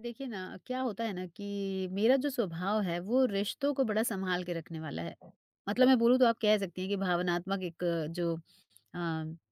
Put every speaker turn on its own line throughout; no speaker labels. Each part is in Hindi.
देखिए ना, क्या होता है ना कि मेरा जो स्वभाव है वो रिश्तों को बड़ा सँभाल के रखने वाला है। मतलब मैं बोलूँ तो आप कह सकती हैं कि भावनात्मक एक जो अ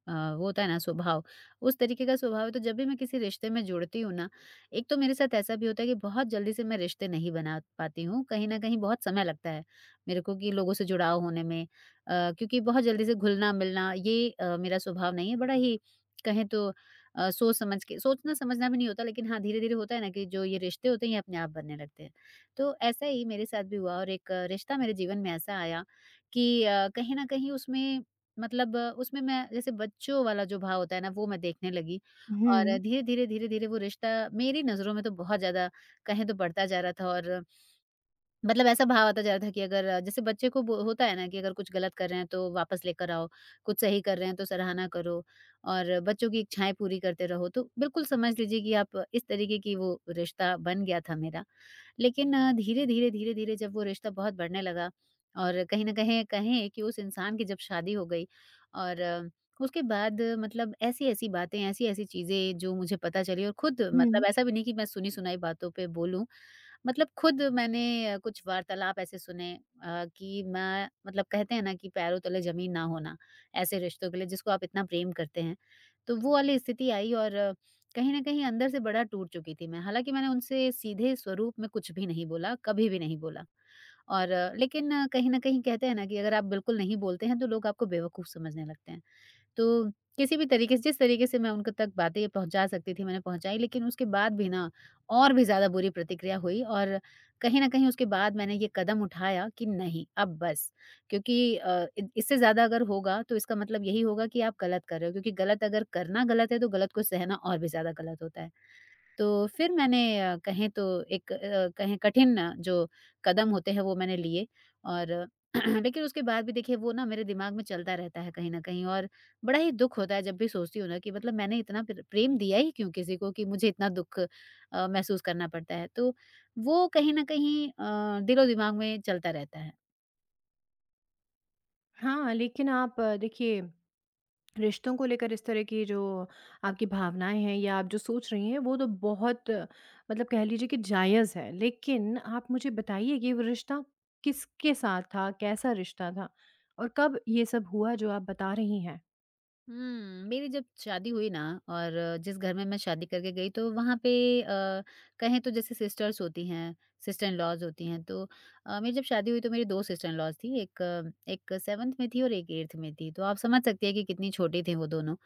अ, वो होता है ना स्वभाव, उस तरीके का स्वभाव है। तो जब भी मैं किसी रिश्ते में जुड़ती हूँ ना, एक तो मेरे साथ ऐसा भी होता है कि बहुत जल्दी से मैं रिश्ते नहीं बना पाती हूँ, कहीं न कहीं बहुत समय लगता है मेरे को कि लोगों से जुड़ाव होने में। क्योंकि बहुत जल्दी से घुलना-मिलना ये मेरा स्वभाव नहीं है, बड़ा ही कहें तो सोच समझ के सोचना-समझना भी नहीं होता, लेकिन हाँ, धीरे-धीरे होता है ना कि जो ये रिश्ते होते हैं ये अपने आप बनने लगते हैं। तो ऐसा ही मेरे साथ भी हुआ, और एक रिश्ता मेरे जीवन में ऐसा आया कि कहीं न कहीं उसमें मतलब उसमें मैं जैसे बच्चों वाला जो भाव होता है ना वो मैं देखने लगी। और
हुँ।
धीरे-धीरे, धीरे-धीरे वो रिश्ता मेरी नज़रों में तो बहुत ज़्यादा कहें तो बढ़ता जा रहा था, और मतलब ऐसा भाव आता जा रहा था कि अगर जैसे बच्चे को बो होता है ना कि अगर कुछ गलत कर रहे हैं तो वापस लेकर आओ, कुछ सही कर रहे हैं तो सराहना करो, और बच्चों की इच्छाएँ पूरी करते रहो। तो बिल्कुल समझ लीजिए कि आप इस तरीके की वो रिश्ता बन गया था मेरा। लेकिन धीरे-धीरे, धीरे-धीरे जब वो रिश्ता बहुत बढ़ने लगा, और कहीं न कहीं कहें कि उस इंसान की जब शादी हो गई, और उसके बाद मतलब ऐसी-ऐसी बातें, ऐसी-ऐसी चीज़ें जो मुझे पता चली। और खुद, मतलब
हुँ।
ऐसा भी नहीं कि मैं सुनी-सुनाई बातों पे बोलूँ, मतलब खुद मैंने कुछ वार्तालाप ऐसे सुने कि मैं, मतलब कहते हैं ना कि पैरों तले जमीन ना होना, ऐसे रिश्तों के लिए जिसको आप इतना प्रेम करते हैं। तो वो वाली स्थिति आई, और कहीं ना कहीं अंदर से बड़ा टूट चुकी थी मैं, हालांकि मैंने उनसे सीधे स्वरूप में कुछ भी नहीं बोला, कभी भी नहीं बोला। और लेकिन कहीं ना कहीं कहते हैं ना कि अगर आप बिल्कुल नहीं बोलते हैं तो लोग आपको बेवकूफ समझने लगते हैं। तो किसी भी तरीके से, जिस तरीके से मैं उनके तक बातें पहुँचा सकती थी मैंने पहुँचाई, लेकिन उसके बाद भी ना, और भी ज़्यादा बुरी प्रतिक्रिया हुई। और कहीं न कहीं उसके बाद मैंने ये कदम उठाया कि नहीं, अब बस। क्योंकि अ, इ इससे ज़्यादा अगर होगा तो इसका मतलब यही होगा कि आप गलत कर रहे हो, क्योंकि गलत, अगर करना गलत है तो गलत को सहना और भी ज़्यादा गलत होता है। तो फिर मैंने कहें तो एक कहें कठिन जो कदम होते हैं वो मैंने लिए। और लेकिन उसके बाद भी देखिए, वो ना मेरे दिमाग में चलता रहता है कहीं न कहीं, और बड़ा ही दुःख होता है जब भी सोचती हूँ ना कि मतलब मैंने इतना प्रेम दिया ही क्यों किसी को, कि मुझे इतना दुःख महसूस करना पड़ता है। तो वो कहीं न कहीं दिलो-दिमाग में चलता रहता है।
हाँ, लेकिन आप देखिए, रिश्तों को लेकर इस तरह की जो आपकी भावनाएँ हैं या आप जो सोच रही हैं, वो तो बहुत मतलब कह लीजिए कि जायज़ है। लेकिन आप मुझे बताइए कि वो रिश्ता किसके साथ था? कैसा रिश्ता था? और कब ये सब हुआ जो आप बता रही हैं?
हुँ, मेरी जब शादी हुई ना, और जिस घर में मैं शादी करके गई, तो वहाँ पे अ, कहें तो जैसे सिस्टर्स होती हैं, सिस्टर इन लॉज़ होती हैं, तो मेरी जब शादी हुई तो मेरी 2 सिस्टर इन लॉज़ थी, एक एक 7th में थी और एक 8th में थी। तो आप समझ सकती हैं कि कितनी छोटी थी वो दोनों।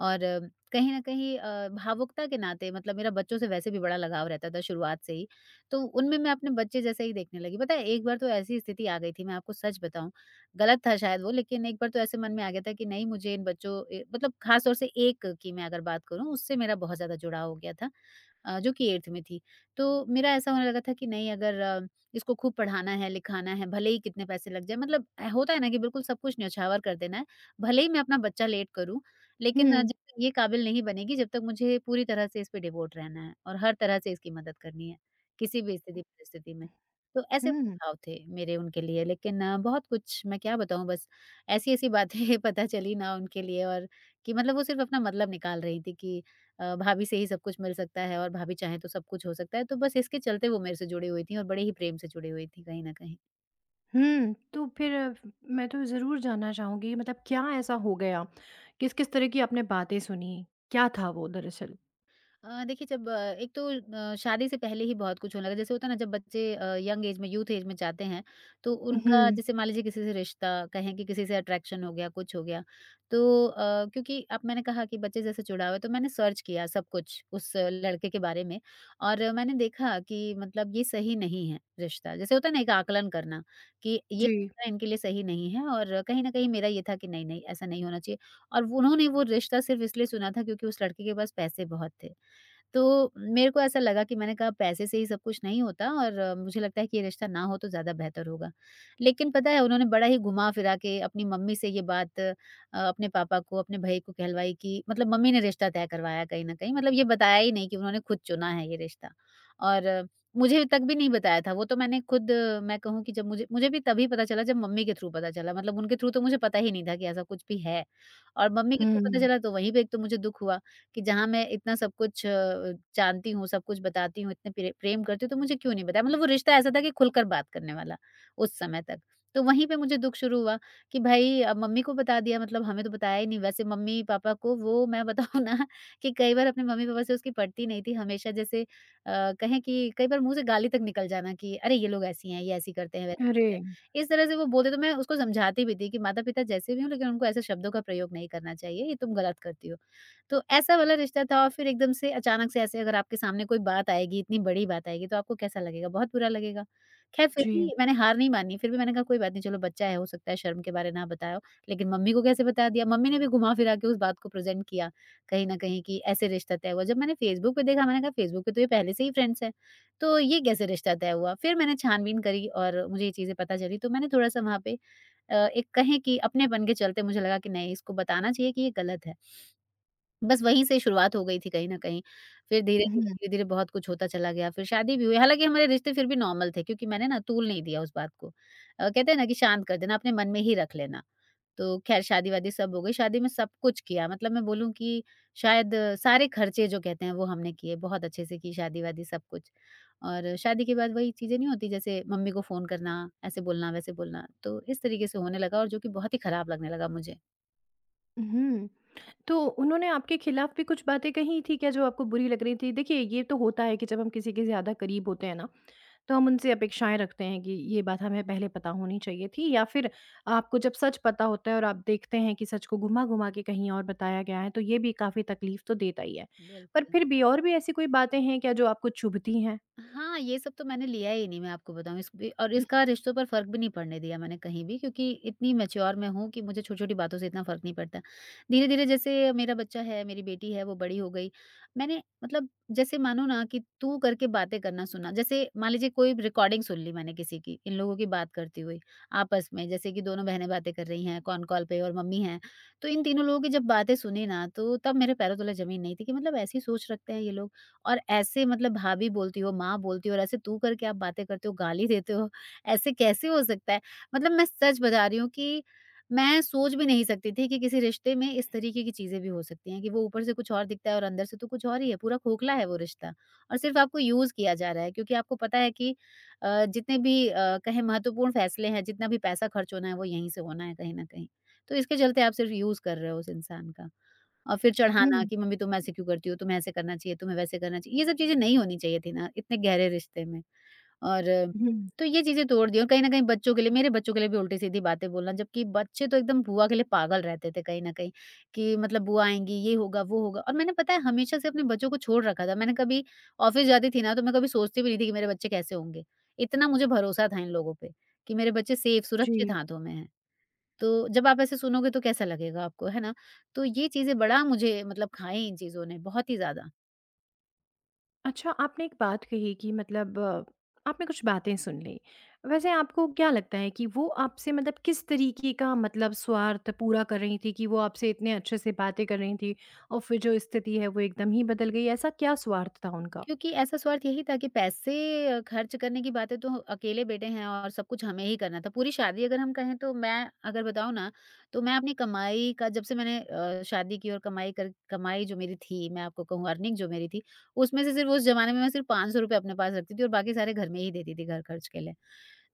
और कहीं न कहीं भावुकता के नाते, मतलब मेरा बच्चों से वैसे भी बड़ा लगाव रहता था शुरुआत से ही, तो उनमें मैं अपने बच्चे जैसे ही देखने लगी। पता है, एक बार तो ऐसी स्थिति आ गई थी, मैं आपको सच बताऊँ, गलत था शायद वो, लेकिन एक बार तो ऐसे मन में आ गया था कि नहीं मुझे इन बच्चों, मतलब खास तौर से एक की मैं अगर बात करूँ, उससे मेरा बहुत ज़्यादा जुड़ाव हो गया था, जो कि 8th में थी। तो मेरा ऐसा होने लगा था कि नहीं, अगर इसको खूब पढ़ाना है, लिखाना है, भले ही कितने पैसे लग जाए, मतलब होता है ना कि बिल्कुल सब कुछ न्यौछावर कर देना है। भले ही मैं अपना बच्चा लेट करूँ, लेकिन
हुँ।
जब तक ये काबिल नहीं बनेगी, जब तक मुझे पूरी तरह से इस पे डिवोट रहना है, और हर तरह से इसकी मदद करनी है, किसी भी स्थिति परिस्थिति में। तो ऐसे उनके
हुँ।
भाव थे मेरे, उनके लिए, लेकिन बहुत कुछ मैं क्या बताऊँ, बस ऐसी-ऐसी बातें पता चली ना उनके लिए, और कि मतलब वो सिर्फ़ अपना मतलब निकाल रही थी, कि भाभी से ही सब कुछ मिल सकता है, और भाभी चाहें तो सब कुछ हो सकता है। तो बस इसके चलते वो मेरे से जुड़ी हुई थीं, और बड़े ही प्रेम से जुड़ी हुई थीं कहीं न कहीं।
हुँ, तो फिर मैं तो ज़रूर जानना चाहूँगी मतलब क्या ऐसा हो गया? किस-किस तरह की आपने बातें सुनी? क्या था वो दरअसल?
देखिए, जब एक तो शादी से पहले ही बहुत कुछ होने लगा, जैसे होता है ना जब बच्चे यंग एज में, यूथ एज में जाते हैं, तो उनका
हुँ।
जैसे मान लीजिए किसी से रिश्ता, कहें कि किसी से अट्रैक्शन हो गया, कुछ हो गया, तो क्योंकि अब मैंने कहा कि बच्चे जैसे जुड़ा हुआ है, तो मैंने सर्च किया सब कुछ उस लड़के के बारे में। और मैंने देखा कि मतलब ये सही नहीं है रिश्ता, जैसे होता है ना एक आकलन करना, कि ये
जी।
रिश्ता इनके लिए सही नहीं है, और कहीं ना कहीं मेरा ये था कि नहीं, नहीं, ऐसा नहीं होना चाहिए। और उन्होंने वो रिश्ता सिर्फ इसलिए चुना था क्योंकि उस लड़के के पास पैसे बहुत थे। तो मेरे को ऐसा लगा, कि मैंने कहा पैसे से ही सब कुछ नहीं होता, और मुझे लगता है कि ये रिश्ता ना हो तो ज़्यादा बेहतर होगा। लेकिन पता है, उन्होंने बड़ा ही घुमा फिरा के अपनी मम्मी से ये बात, अपने पापा को, अपने भई को कहलवाई, कि मतलब मम्मी ने रिश्ता तय करवाया, कहीं न कहीं मतलब ये बताया ही नहीं कि उन्होंने खुद चुना है ये रिश्ता। और मुझे तक भी नहीं बताया था वो। तो मैंने खुद, मैं कहूँ कि जब मुझे मुझे भी तभी पता चला, जब मम्मी के थ्रू पता चला, मतलब उनके थ्रू, तो मुझे पता ही नहीं था कि ऐसा कुछ भी है। और मम्मी के थ्रू पता
हुँ।
चला, तो वहीं पे एक तो मुझे दुःख हुआ कि जहाँ मैं इतना सब कुछ जानती हूँ, सब कुछ बताती हूँ, इतने प्रेम करती हूँ, तो मुझे क्यों नहीं बताया? मतलब वो रिश्ता ऐसा था कि खुलकर बात करने वाला, उस समय तक। तो वहीं पे मुझे दुःख शुरू हुआ, कि भाई अब मम्मी को बता दिया, मतलब हमें तो बताया ही नहीं। वैसे मम्मी-पापा को वो मैं बताऊँ ना कि कई बार अपने मम्मी-पापा से उसकी पटती नहीं थी। हमेशा, जैसे कहें कि कई बार मुँह से गाली तक निकल जाना कि अरे! ये लोग ऐसी हैं, ये ऐसी करते हैं, वैसे
अरे!
करते हैं। इस तरह से वो बोलते, तो मैं उसको समझाती भी थी कि माता-पिता जैसे भी हों, लेकिन उनको ऐसे शब्दों का प्रयोग नहीं करना चाहिए, ये तुम गलत करती हो। तो ऐसा वाला रिश्ता था। और फिर एकदम से, अचानक से, ऐसे अगर आपके सामने कोई बात आएगी, इतनी बड़ी बात आएगी, तो आपको कैसा लगेगा? बहुत बुरा लगेगा। ख़ैर, फिर
जी।
भी मैंने हार नहीं मानी, फिर भी मैंने कहा कोई बात नहीं, चलो बच्चा है, हो सकता है शर्म के बारे ना बताया हो, लेकिन मम्मी को कैसे बता दिया? मम्मी ने भी घुमा-फिरा के उस बात को प्रेज़ेंट किया, कहीं न कहीं, कि ऐसे रिश्ता तय हुआ। जब मैंने फ़ेसबुक पे देखा, मैंने कहा फ़ेसबुक पे तो ये पहले से ही फ्रेंड्स हैं, तो ये कैसे रिश्ता तय हुआ? फिर मैंने छानबीन करी और मुझे ये चीज़ें पता चली तो मैंने थोड़ा-सा वहाँ पे एक कहें कि अपनेपन के चलते मुझे लगा कि नहीं इसको बताना चाहिए कि ये गलत है। बस वहीं से शुरुआत हो गई थी कहीं न कहीं। फिर धीरे-धीरे,
हुँ।
धीरे-धीरे बहुत कुछ होता चला गया, फिर शादी भी हुई। हालाँकि हमारे रिश्ते फिर भी नॉर्मल थे क्योंकि मैंने ना तूल नहीं दिया उस बात को। कहते हैं ना कि शांत कर देना, अपने मन में ही रख लेना। तो ख़ैर शादी-वादी सब हो गई, शादी में सब कुछ किया मतलब मैं बोलूँ कि शायद सारे खर्चे जो कहते हैं वो हमने किए, बहुत अच्छे से की शादी-वादी सब कुछ। और शादी के बाद वही चीज़ें नहीं होती जैसे मम्मी को फ़ोन करना, ऐसे बोलना, वैसे बोलना, तो इस तरीके से होने लगा और जो कि बहुत ही ख़राब लगने लगा मुझे।
हुँ। तो उन्होंने आपके खिलाफ भी कुछ बातें कही थी क्या जो आपको बुरी लग रही थी? देखिए, ये तो होता है कि जब हम किसी के ज़्यादा करीब होते हैं ना, तो हम उनसे अपेक्षाएँ रखते हैं कि ये बात हमें पहले पता होनी चाहिए थी, या फिर आपको जब सच पता होता है और आप देखते हैं कि सच को घुमा-घुमा के कहीं और बताया गया है, तो ये भी काफ़ी तकलीफ़ तो देता ही है। पर
बिल्कुल।
फिर भी और भी ऐसी कोई बातें हैं क्या जो आपको चुभती हैं?
हाँ, ये सब तो मैंने लिया ही नहीं मैं आपको बताऊँ इस बी और
हुँ।
इसका रिश्तों पर फ़र्क भी नहीं पड़ने दिया मैंने कहीं भी क्योंकि इतनी मैच्योर मैं हूँ कि मुझे छोटी-छोटी बातों से इतना फ़र्क नहीं पड़ता। धीरे-धीरे जैसे मेरा बच्चा है, मेरी बेटी है, वो बड़ी हो गई। मैंने मतलब जैसे मानो ना कि तू करके बातें करना सुना, जैसे मान लीजिए कोई रिकॉर्डिंग सुन ली मैंने किसी की, इन लोगों की बात करती हुई आपस में जैसे कि दोनों बहनें बातें कर रही हैं, कौन कॉल पे और मम्मी हैं। तो इन तीनों लोगों की जब बातें सुनी ना, तो तब मेरे पैरों तले ज़मीन नहीं थी कि मतलब ऐसी सोच रखते हैं ये लोग। और ऐसे मतलब भाभी बोलती हो, माँ बोलती हो और ऐसे तू करके आप बातें करते हो, गाली देते हो, ऐसे कैसे हो सकता है? मतलब मैं सच बता रही हूँ कि मैं सोच भी नहीं सकती थी कि किसी रिश्ते में इस तरीके की चीज़ें भी हो सकती हैं कि वो ऊपर से कुछ और दिखता है और अंदर से तो कुछ और ही है, पूरा खोखला है वो रिश्ता और सिर्फ़ आपको यूज़ किया जा रहा है क्योंकि आपको पता है कि जितने भी कहें महत्वपूर्ण फ़ैसले हैं, जितना भी पैसा खर्च होना है, वो यहीं से होना है कहीं न कहीं। तो इसके चलते आप सिर्फ़ यूज़ कर रहे हो उस इंसान का। और फिर चढ़ाना
हुँ।
कि मम्मी तुम ऐसे क्यों करती हो? तुम्हें ऐसे करना चाहिए, तुम्हें वैसे करना चाहिए। ये सब चीज़ें नहीं होनी चाहिए थी ना इतने गहरे रिश्ते में और
हुँ।
तो ये चीज़ें तोड़ दी और कहीं न कहीं बच्चों के लिए मेरे बच्चों के लिए भी उल्टी-सीधी बातें बोलना जबकि बच्चे तो एकदम बुआ के लिए पागल रहते थे कहीं न कहीं कि मतलब बुआ आएँगी, ये होगा, वो होगा और मैंने पता है हमेशा से अपने बच्चों को छोड़ रखा था। मैंने कभी ऑफ़िस जाती थी ना तो मैं कभी सोचती भी नहीं थी कि मेरे बच्चे कैसे होंगे। इतना मुझे भरोसा था इन लोगों पे कि मेरे बच्चे सेफ सुरक्षित
जी।
हाथों में हैं। तो जब आप ऐसे सुनोगे तो कैसा लगेगा आपको, है ना? तो ये चीज़ें बड़ा मुझे मतलब खाएँ इन चीज़ों ने बहुत ही ज़्यादा।
अच्छा, आपने एक बात कही कि आपने कुछ बातें सुन ली। वैसे आपको क्या लगता है कि वो आपसे मतलब किस तरीके का मतलब स्वार्थ पूरा कर रही थी कि वो आपसे इतने अच्छे से बातें कर रही थी और फिर जो स्थिति है वो एकदम ही बदल गई? ऐसा क्या स्वार्थ था उनका?
क्योंकि ऐसा स्वार्थ यही था कि पैसे खर्च करने की बातें तो अकेले बेटे हैं और सब कुछ हमें ही करना था। पूरी शादी अगर हम कहें तो मैं अगर बताऊँ ना, तो मैं अपनी कमाई का जब से मैंने शादी की और कमाई जो मेरी थी, मैं आपको कहूँ अर्निंग जो मेरी थी, उसमें से सिर्फ़ उस ज़माने में मैं सिर्फ़ ₹500 अपने पास रखती थी और बाकी सारे घर में ही देती थी घर खर्च के लिए।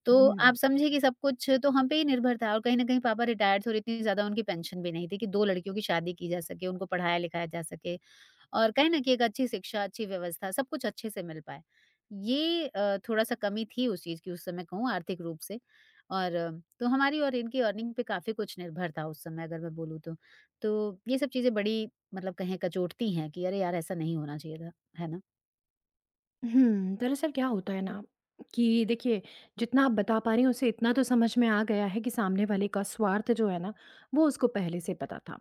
तो आप समझिए कि सब कुछ तो हम पे ही निर्भर था और कहीं न कहीं पापा रिटायर थे और इतनी ज़्यादा उनकी पेंशन भी नहीं थी कि 2 लड़कियों की शादी की जा सके, उनको पढ़ाया-लिखाया जा सके और कहीं न कहीं एक अच्छी शिक्षा, अच्छी व्यवस्था सब कुछ अच्छे से मिल पाए। ये थोड़ा-सा कमी थी उस चीज़ की उस समय कहूँ आर्थिक रूप से और तो हमारी और इनकी अर्निंग पे काफ़ी कुछ निर्भर था उस समय अगर मैं बोलूँ तो। तो ये सब चीज़ें बड़ी मतलब कहें कचोटती हैं कि अरे यार! ऐसा नहीं होना चाहिए था। है ना?
हुँ, दरअसल क्या होता है ना कि देखिए, जितना आप बता पा रही हैं उसे इतना तो समझ में आ गया है कि सामने वाले का स्वार्थ जो है ना, वो उसको पहले से पता था।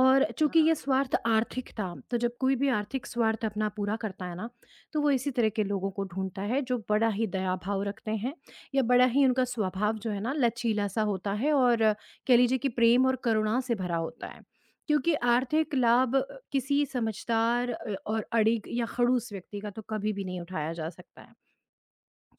और चूँकि ये
हाँ,
स्वार्थ आर्थिक था, तो जब कोई भी आर्थिक स्वार्थ अपना पूरा करता है ना, तो वो इसी तरह के लोगों को ढूँढता है जो बड़ा ही दया भाव रखते हैं या बड़ा ही उनका स्वभाव जो है ना लचीला-सा होता है और कह लीजिए कि प्रेम और करुणा से भरा होता है। क्योंकि आर्थिक लाभ किसी समझदार और अड़िग या खड़ूस व्यक्ति का तो कभी भी नहीं उठाया जा सकता है।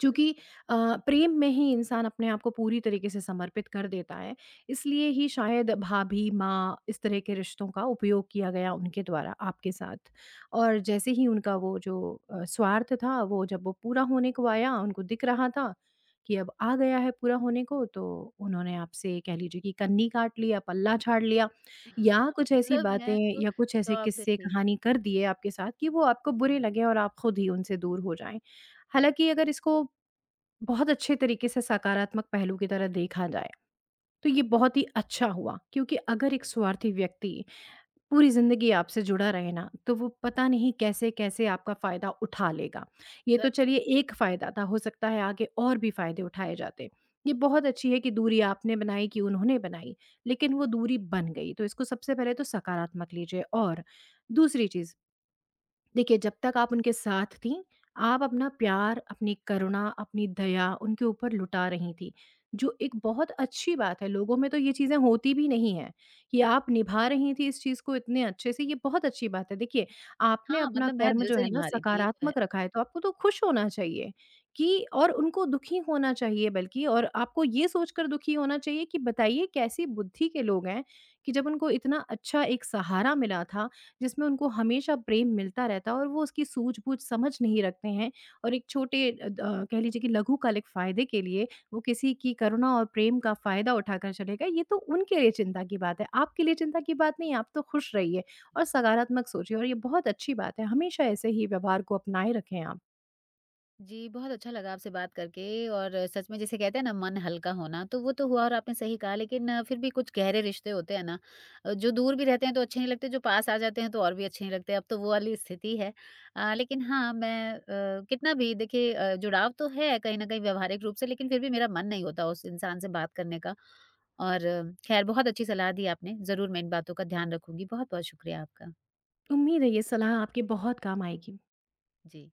चूँकि अ, प्रेम में ही इंसान अपने आप को पूरी तरीके से समर्पित कर देता है, इसलिए ही शायद भाभी, माँ इस तरह के रिश्तों का उपयोग किया गया उनके द्वारा आपके साथ। और जैसे ही उनका वो जो स्वार्थ था, वो जब वो पूरा होने को आया, उनको दिख रहा था कि अब आ गया है पूरा होने को, तो उन्होंने आपसे कह लीजिए कि कन्नी काट लिया, पल्ला झाड़ लिया या
हाँ,
कुछ ऐसी
मतलब मैं
बातें
तो
या कुछ ऐसे
शॉक्ड
किस्से
थी,
कहानी कर दिए आपके साथ कि वो आपको बुरे लगे और आप खुद ही उनसे दूर हो जाएँ। हालाँकि अगर इसको बहुत अच्छे तरीके से सकारात्मक पहलू की तरह देखा जाए तो ये बहुत ही अच्छा हुआ, क्योंकि अगर एक स्वार्थी व्यक्ति पूरी जिंदगी आपसे जुड़ा रहे ना, तो वो पता नहीं कैसे कैसे आपका फायदा उठा लेगा। ये तो
सच।
चलिए एक फायदा था, हो सकता है आगे और भी फायदे उठाए जाते। ये बहुत अच्छी है कि दूरी आपने बनाई कि उन्होंने बनाई, लेकिन वो दूरी बन गई, तो इसको सबसे पहले तो सकारात्मक लीजिए। और दूसरी चीज, देखिए, जब तक आप उनके साथ थीं, आप अपना प्यार, अपनी करुणा, अपनी दया उनके ऊपर लुटा रही थीं, जो एक बहुत अच्छी बात है। लोगों में तो ये चीज़ें होती भी नहीं हैं कि आप निभा रही थीं इस चीज़ को इतने अच्छे से, ये बहुत अच्छी बात है। देखिए, आपने
हाँ,
अपना
मतलब मैं
कर्म
दिल
जो
से
है ना
निभा रही थी, ये तो है।
सकारात्मक रखा है, तो आपको तो खुश होना चाहिए कि और उनको दुखी होना चाहिए, बल्कि और आपको ये सोचकर दुखी होना चाहिए कि बताइए कैसी बुद्धि के लोग हैं कि जब उनको इतना अच्छा एक सहारा मिला था जिसमें उनको हमेशा प्रेम मिलता रहता है और वो उसकी सूझबूझ समझ नहीं रखते हैं और एक छोटे अ, द अ, कह लीजिए कि लघुकालिक फ़ायदे के लिए वो किसी की करुणा और प्रेम का फ़ायदा उठाकर चले गए, ये तो उनके लिए चिंता की बात है। आपके लिए चिंता की बात नहीं है, आप तो खुश
सच।
रहिए और सकारात्मक सोचिए और ये बहुत अच्छी बात है। हमेशा ऐसे ही व्यवहार को अपनाए रखें आप।
जी, बहुत अच्छा लगा आपसे बात करके और सच में जिसे कहते हैं ना मन हल्का होना, तो वो तो हुआ और आपने सही कहा लेकिन फिर भी कुछ गहरे रिश्ते होते हैं ना जो दूर भी रहते हैं तो अच्छे नहीं लगते, जो पास आ जाते हैं तो और भी अच्छे नहीं लगते, अब तो वो वाली स्थिति है। लेकिन हाँ, मैं कितना भी देखिए जुड़ाव तो है कहीं न कहीं व्यावहारिक रूप से लेकिन फिर भी मेरा मन नहीं होता उस इंसान से बात करने का। और खैर बहुत अच्छी सलाह दी आपने, ज़रूर मैं इन बातों का ध्यान रखूँगी, बहुत-बहुत शुक्रिया आपका।
उम्मीद है ये सलाह आपके बहुत काम आएगी।
जी।